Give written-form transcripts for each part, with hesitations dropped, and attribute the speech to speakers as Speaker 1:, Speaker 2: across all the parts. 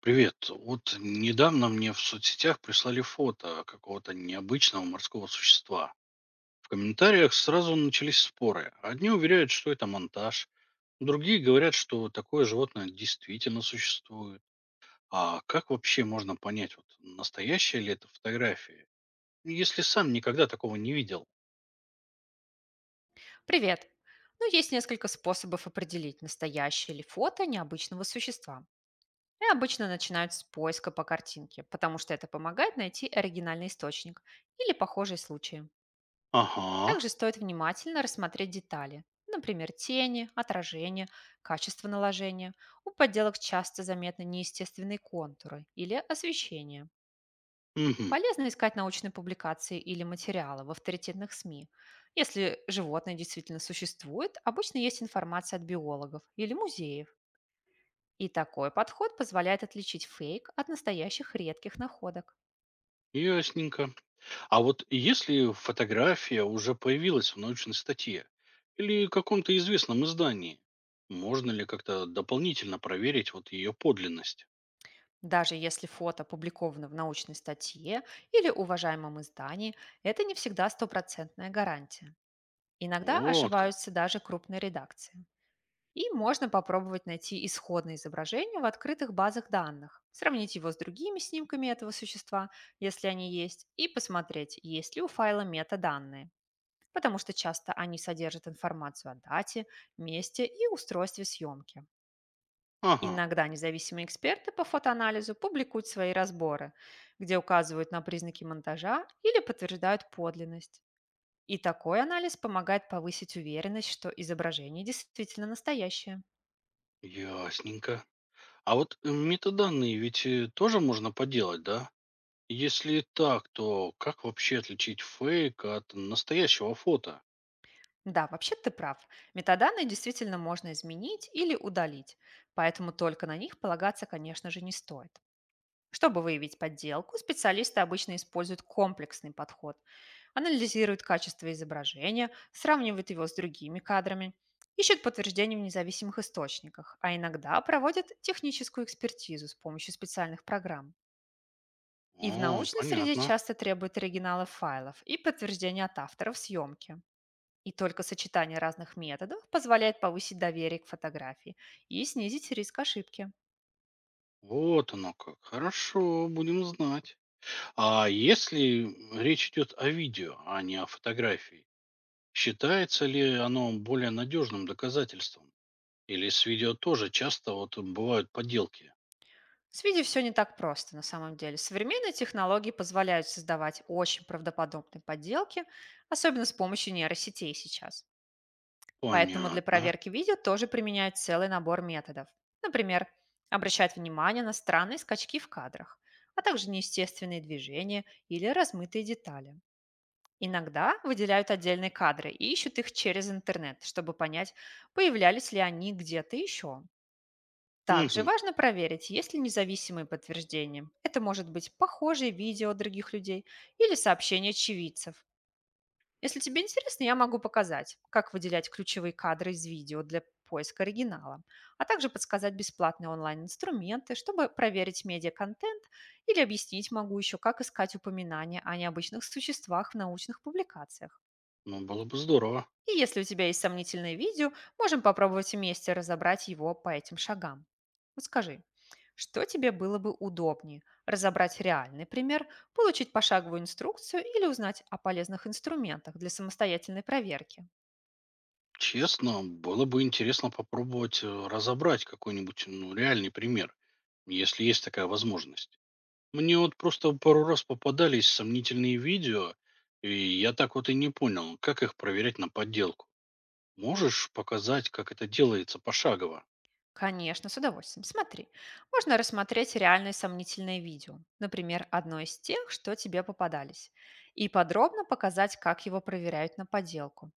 Speaker 1: Привет. Вот недавно мне в соцсетях прислали фото какого-то необычного морского существа. В комментариях сразу начались споры. Одни уверяют, что это монтаж, другие говорят, что такое животное действительно существует. А как вообще можно понять, вот, настоящая ли это фотография, если сам никогда такого не видел?
Speaker 2: Привет! Ну, есть несколько способов определить, настоящее ли фото необычного существа. И обычно начинают с поиска по картинке, потому что это помогает найти оригинальный источник или похожие случаи.
Speaker 1: Ага,
Speaker 2: Также стоит внимательно рассмотреть детали, например, тени, отражение, качество наложения. У подделок часто заметны неестественные контуры или освещение.
Speaker 1: угу,
Speaker 2: Полезно искать научные публикации или материалы в авторитетных СМИ. Если животное действительно существует, обычно есть информация от биологов или музеев. И такой подход позволяет отличить фейк от настоящих редких находок.
Speaker 1: ясненько. А вот если фотография уже появилась в научной статье или каком-то известном издании, можно ли как-то дополнительно проверить вот ее подлинность?
Speaker 2: Даже если фото опубликовано в научной статье или уважаемом издании, это не всегда стопроцентная гарантия. Иногда
Speaker 1: Вот как.
Speaker 2: ошибаются даже крупные редакции. И можно попробовать найти исходное изображение в открытых базах данных, сравнить его с другими снимками этого существа, если они есть, и посмотреть, есть ли у файла метаданные, потому что часто они содержат информацию о дате, месте и устройстве съемки.
Speaker 1: Ага,
Speaker 2: Иногда независимые эксперты по фотоанализу публикуют свои разборы, где указывают на признаки монтажа или подтверждают подлинность. И такой анализ помогает повысить уверенность, что изображение действительно настоящее.
Speaker 1: ясненько. А вот метаданные ведь тоже можно подделать, да? Если так, то как вообще отличить фейк от настоящего фото?
Speaker 2: Да, вообще ты прав. Метаданные действительно можно изменить или удалить, поэтому только на них полагаться, конечно же, не стоит. Чтобы выявить подделку, специалисты обычно используют комплексный подход. Анализируют качество изображения, сравнивают его с другими кадрами, ищут подтверждения в независимых источниках, а иногда проводят техническую экспертизу с помощью специальных программ. И в
Speaker 1: О,
Speaker 2: научной среде
Speaker 1: понятно.
Speaker 2: часто требуют оригиналов файлов и подтверждения от авторов съемки. И только сочетание разных методов позволяет повысить доверие к фотографии и снизить риск ошибки.
Speaker 1: Вот оно как. Хорошо, будем знать. А если речь идет о видео, а не о фотографии, считается ли оно более надежным доказательством? Или с видео тоже часто вот бывают подделки?
Speaker 2: С видео все не так просто на самом деле. Современные технологии позволяют создавать очень правдоподобные подделки, особенно с помощью нейросетей сейчас. Поэтому для
Speaker 1: Понятно.
Speaker 2: проверки видео тоже применяют целый набор методов. Например, обращать внимание на странные скачки в кадрах, а также неестественные движения или размытые детали. Иногда выделяют отдельные кадры и ищут их через интернет, чтобы понять, появлялись ли они где-то еще. Также
Speaker 1: Мгм.
Speaker 2: важно проверить, есть ли независимые подтверждения. Это может быть похожие видео других людей или сообщения очевидцев. Если тебе интересно, я могу показать, как выделять ключевые кадры из видео для поиска оригинала, а также подсказать бесплатные онлайн-инструменты, чтобы проверить медиа-контент или объяснить могу еще, как искать упоминания о необычных существах в научных публикациях.
Speaker 1: Ну, было бы здорово.
Speaker 2: И если у тебя есть сомнительное видео, можем попробовать вместе разобрать его по этим шагам. Вот скажи, что тебе было бы удобнее? Разобрать реальный пример, получить пошаговую инструкцию или узнать о полезных инструментах для самостоятельной проверки?
Speaker 1: Честно, было бы интересно попробовать разобрать какой-нибудь, ну, реальный пример, если есть такая возможность. Мне вот просто пару раз попадались сомнительные видео, и я так вот и не понял, как их проверять на подделку. Можешь показать, как это делается пошагово?
Speaker 2: Конечно, с удовольствием. Смотри, можно рассмотреть реальное сомнительное видео, например, одно из тех, что тебе попадались, и подробно показать, как его проверяют на подделку,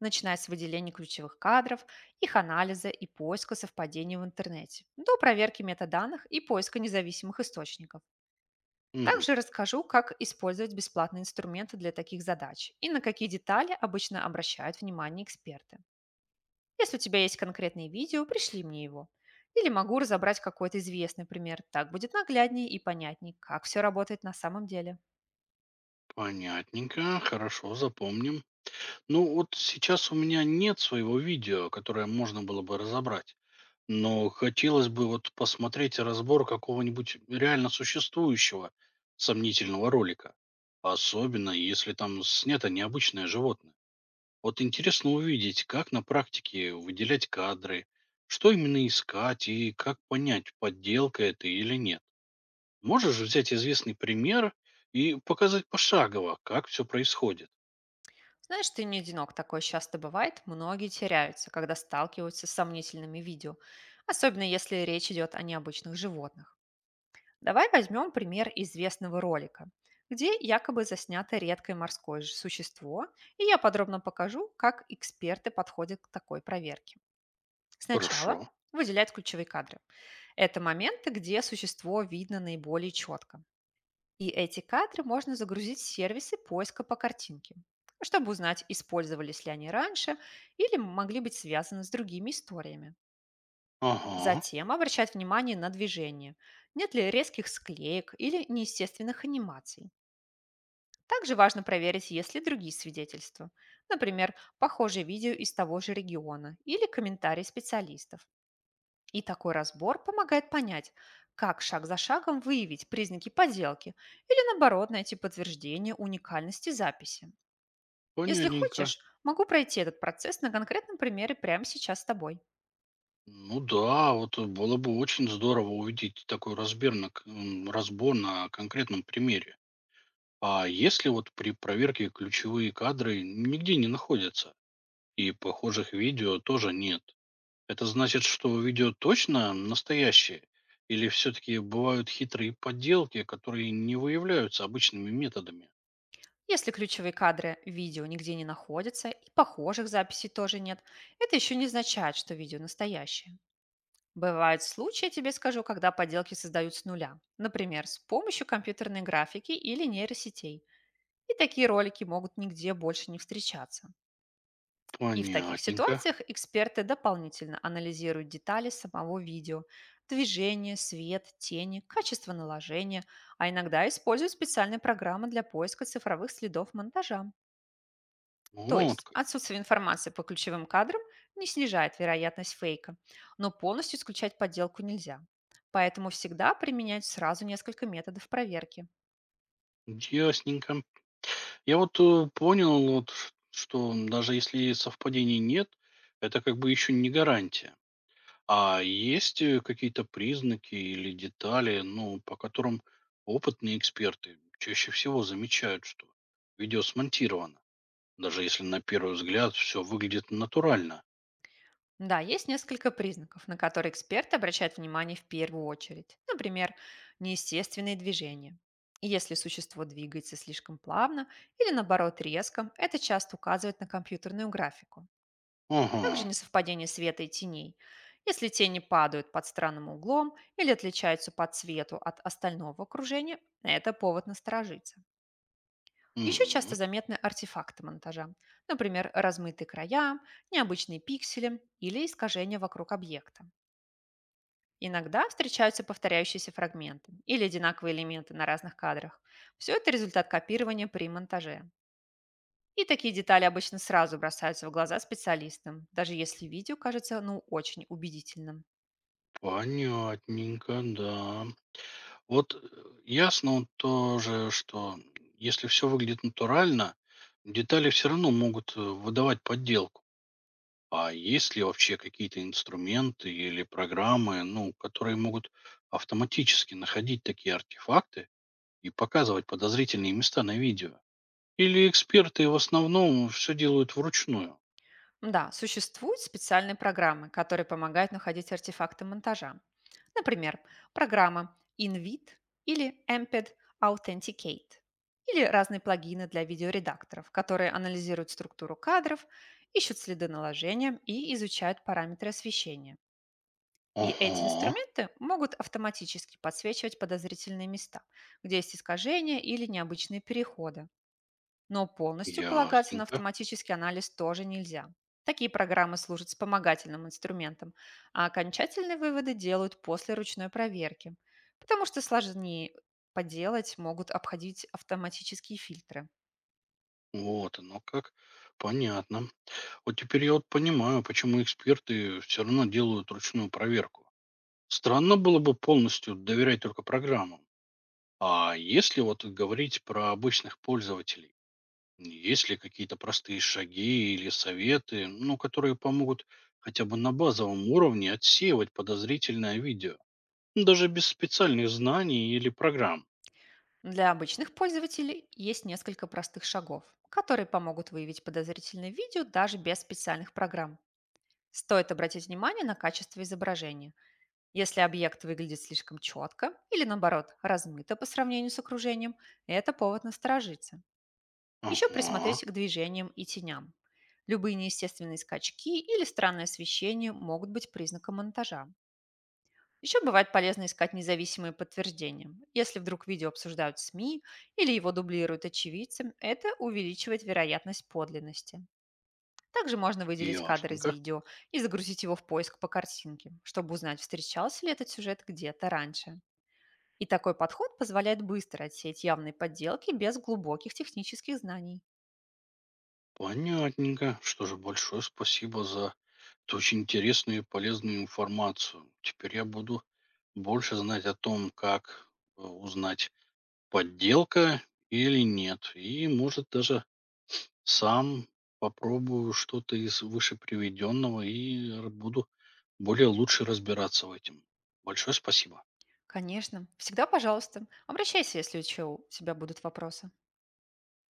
Speaker 2: начиная с выделения ключевых кадров, их анализа и поиска совпадений в интернете, до проверки метаданных и поиска независимых источников.
Speaker 1: Мгм.
Speaker 2: Также расскажу, как использовать бесплатные инструменты для таких задач и на какие детали обычно обращают внимание эксперты. Если у тебя есть конкретные видео, пришли мне его. Или могу разобрать какой-то известный пример. Так будет нагляднее и понятнее, как все работает на самом деле.
Speaker 1: Понятненько, хорошо, запомним. Ну вот сейчас у меня нет своего видео, которое можно было бы разобрать. Но хотелось бы вот посмотреть разбор какого-нибудь реально существующего сомнительного ролика. Особенно, если там снято необычное животное. Вот интересно увидеть, как на практике выделять кадры, что именно искать и как понять, подделка это или нет. Можешь взять известный пример и показать пошагово, как все происходит?
Speaker 2: Знаешь, ты не одинок, такое часто бывает. Многие теряются, когда сталкиваются с сомнительными видео, особенно если речь идет о необычных животных. Давай возьмем пример известного ролика, где якобы заснято редкое морское существо, и я подробно покажу, как эксперты подходят к такой проверке. Сначала
Speaker 1: Хорошо.
Speaker 2: выделять ключевые кадры. Это моменты, где существо видно наиболее четко. И эти кадры можно загрузить в сервисы поиска по картинке, чтобы узнать, использовались ли они раньше или могли быть связаны с другими историями.
Speaker 1: Ага,
Speaker 2: Затем обращать внимание на движение. Нет ли резких склеек или неестественных анимаций. Также важно проверить, есть ли другие свидетельства. Например, похожие видео из того же региона или комментарии специалистов. И такой разбор помогает понять, как шаг за шагом выявить признаки подделки или, наоборот, найти подтверждение уникальности записи. Если
Speaker 1: понятненько.
Speaker 2: хочешь, могу пройти этот процесс на конкретном примере прямо сейчас с тобой.
Speaker 1: Ну да, вот было бы очень здорово увидеть такой разбер на, к- м, разбор на конкретном примере. А если вот при проверке ключевые кадры нигде не находятся, и похожих видео тоже нет, это значит, что видео точно настоящее? Или все-таки бывают хитрые подделки, которые не выявляются обычными методами?
Speaker 2: Если ключевые кадры видео нигде не находятся и похожих записей тоже нет, это еще не означает, что видео настоящее. Бывают случаи, я тебе скажу, когда подделки создают с нуля. Например, с помощью компьютерной графики или нейросетей. И такие ролики могут нигде больше не встречаться. И в таких
Speaker 1: Понятненько.
Speaker 2: ситуациях эксперты дополнительно анализируют детали самого видео, движение, свет, тени, качество наложения, а иногда используют специальные программы для поиска цифровых следов монтажа. То
Speaker 1: Вот
Speaker 2: есть
Speaker 1: как.
Speaker 2: отсутствие информации по ключевым кадрам не снижает вероятность фейка, но полностью исключать подделку нельзя. Поэтому всегда применять сразу несколько методов проверки.
Speaker 1: Ясненько. Я вот понял, вот, что даже если совпадений нет, это как бы еще не гарантия. А есть какие-то признаки или детали, ну, по которым опытные эксперты чаще всего замечают, что видео смонтировано, даже если на первый взгляд все выглядит натурально.
Speaker 2: Да, есть несколько признаков, на которые эксперты обращают внимание в первую очередь. Например, неестественные движения. И Если существо двигается слишком плавно или наоборот резко, это часто указывает на компьютерную графику.
Speaker 1: Ага,
Speaker 2: Также несовпадение света и теней. Если тени падают под странным углом или отличаются по цвету от остального окружения, это повод насторожиться. Еще часто
Speaker 1: мгм,
Speaker 2: заметны артефакты монтажа, например, размытые края, необычные пиксели или искажения вокруг объекта. Иногда встречаются повторяющиеся фрагменты или одинаковые элементы на разных кадрах. Все это результат копирования при монтаже. И такие детали обычно сразу бросаются в глаза специалистам, даже если видео кажется ну очень убедительным.
Speaker 1: понятненько, да. Вот ясно он тоже, что если все выглядит натурально, детали все равно могут выдавать подделку. А есть ли вообще какие-то инструменты или программы, ну, которые могут автоматически находить такие артефакты и показывать подозрительные места на видео? Или эксперты в основном все делают вручную?
Speaker 2: Да, существуют специальные программы, которые помогают находить артефакты монтажа. Например, программа InVid или MPEG Authenticate или разные плагины для видеоредакторов, которые анализируют структуру кадров, ищут следы наложения и изучают параметры освещения. И эти
Speaker 1: Ого,
Speaker 2: инструменты могут автоматически подсвечивать подозрительные места, где есть искажения или необычные переходы. Но полностью полагаться на
Speaker 1: ясненько.
Speaker 2: автоматический анализ тоже нельзя. Такие программы служат вспомогательным инструментом, а окончательные выводы делают после ручной проверки, потому что сложнее поделать могут обходить автоматические фильтры.
Speaker 1: Вот оно как. Понятно. Вот теперь я вот понимаю, почему эксперты все равно делают ручную проверку. Странно было бы полностью доверять только программам. А если вот говорить про обычных пользователей, есть ли какие-то простые шаги или советы, ну, которые помогут хотя бы на базовом уровне отсеивать подозрительное видео? Ну, даже без специальных знаний или программ.
Speaker 2: Для обычных пользователей есть несколько простых шагов, которые помогут выявить подозрительное видео даже без специальных программ. Стоит обратить внимание на качество изображения. Если объект выглядит слишком четко или, наоборот, размыто по сравнению с окружением, это повод насторожиться. Еще
Speaker 1: Ага,
Speaker 2: присмотритесь к движениям и теням. Любые неестественные скачки или странное освещение могут быть признаком монтажа. Еще бывает полезно искать независимые подтверждения. Если вдруг видео обсуждают СМИ или его дублируют очевидцы, это увеличивает вероятность подлинности. Также можно выделить кадр из
Speaker 1: ясненько.
Speaker 2: видео и загрузить его в поиск по картинке, чтобы узнать, встречался ли этот сюжет где-то раньше. И такой подход позволяет быстро отсеять явные подделки без глубоких технических знаний.
Speaker 1: Понятненько. Что же, большое спасибо за эту очень интересную и полезную информацию. Теперь я буду больше знать о том, как узнать, подделка или нет. И, может, даже сам попробую что-то из выше приведенного буду более лучше разбираться в этом. Большое спасибо.
Speaker 2: Конечно, всегда пожалуйста. Обращайся, если еще у тебя будут вопросы.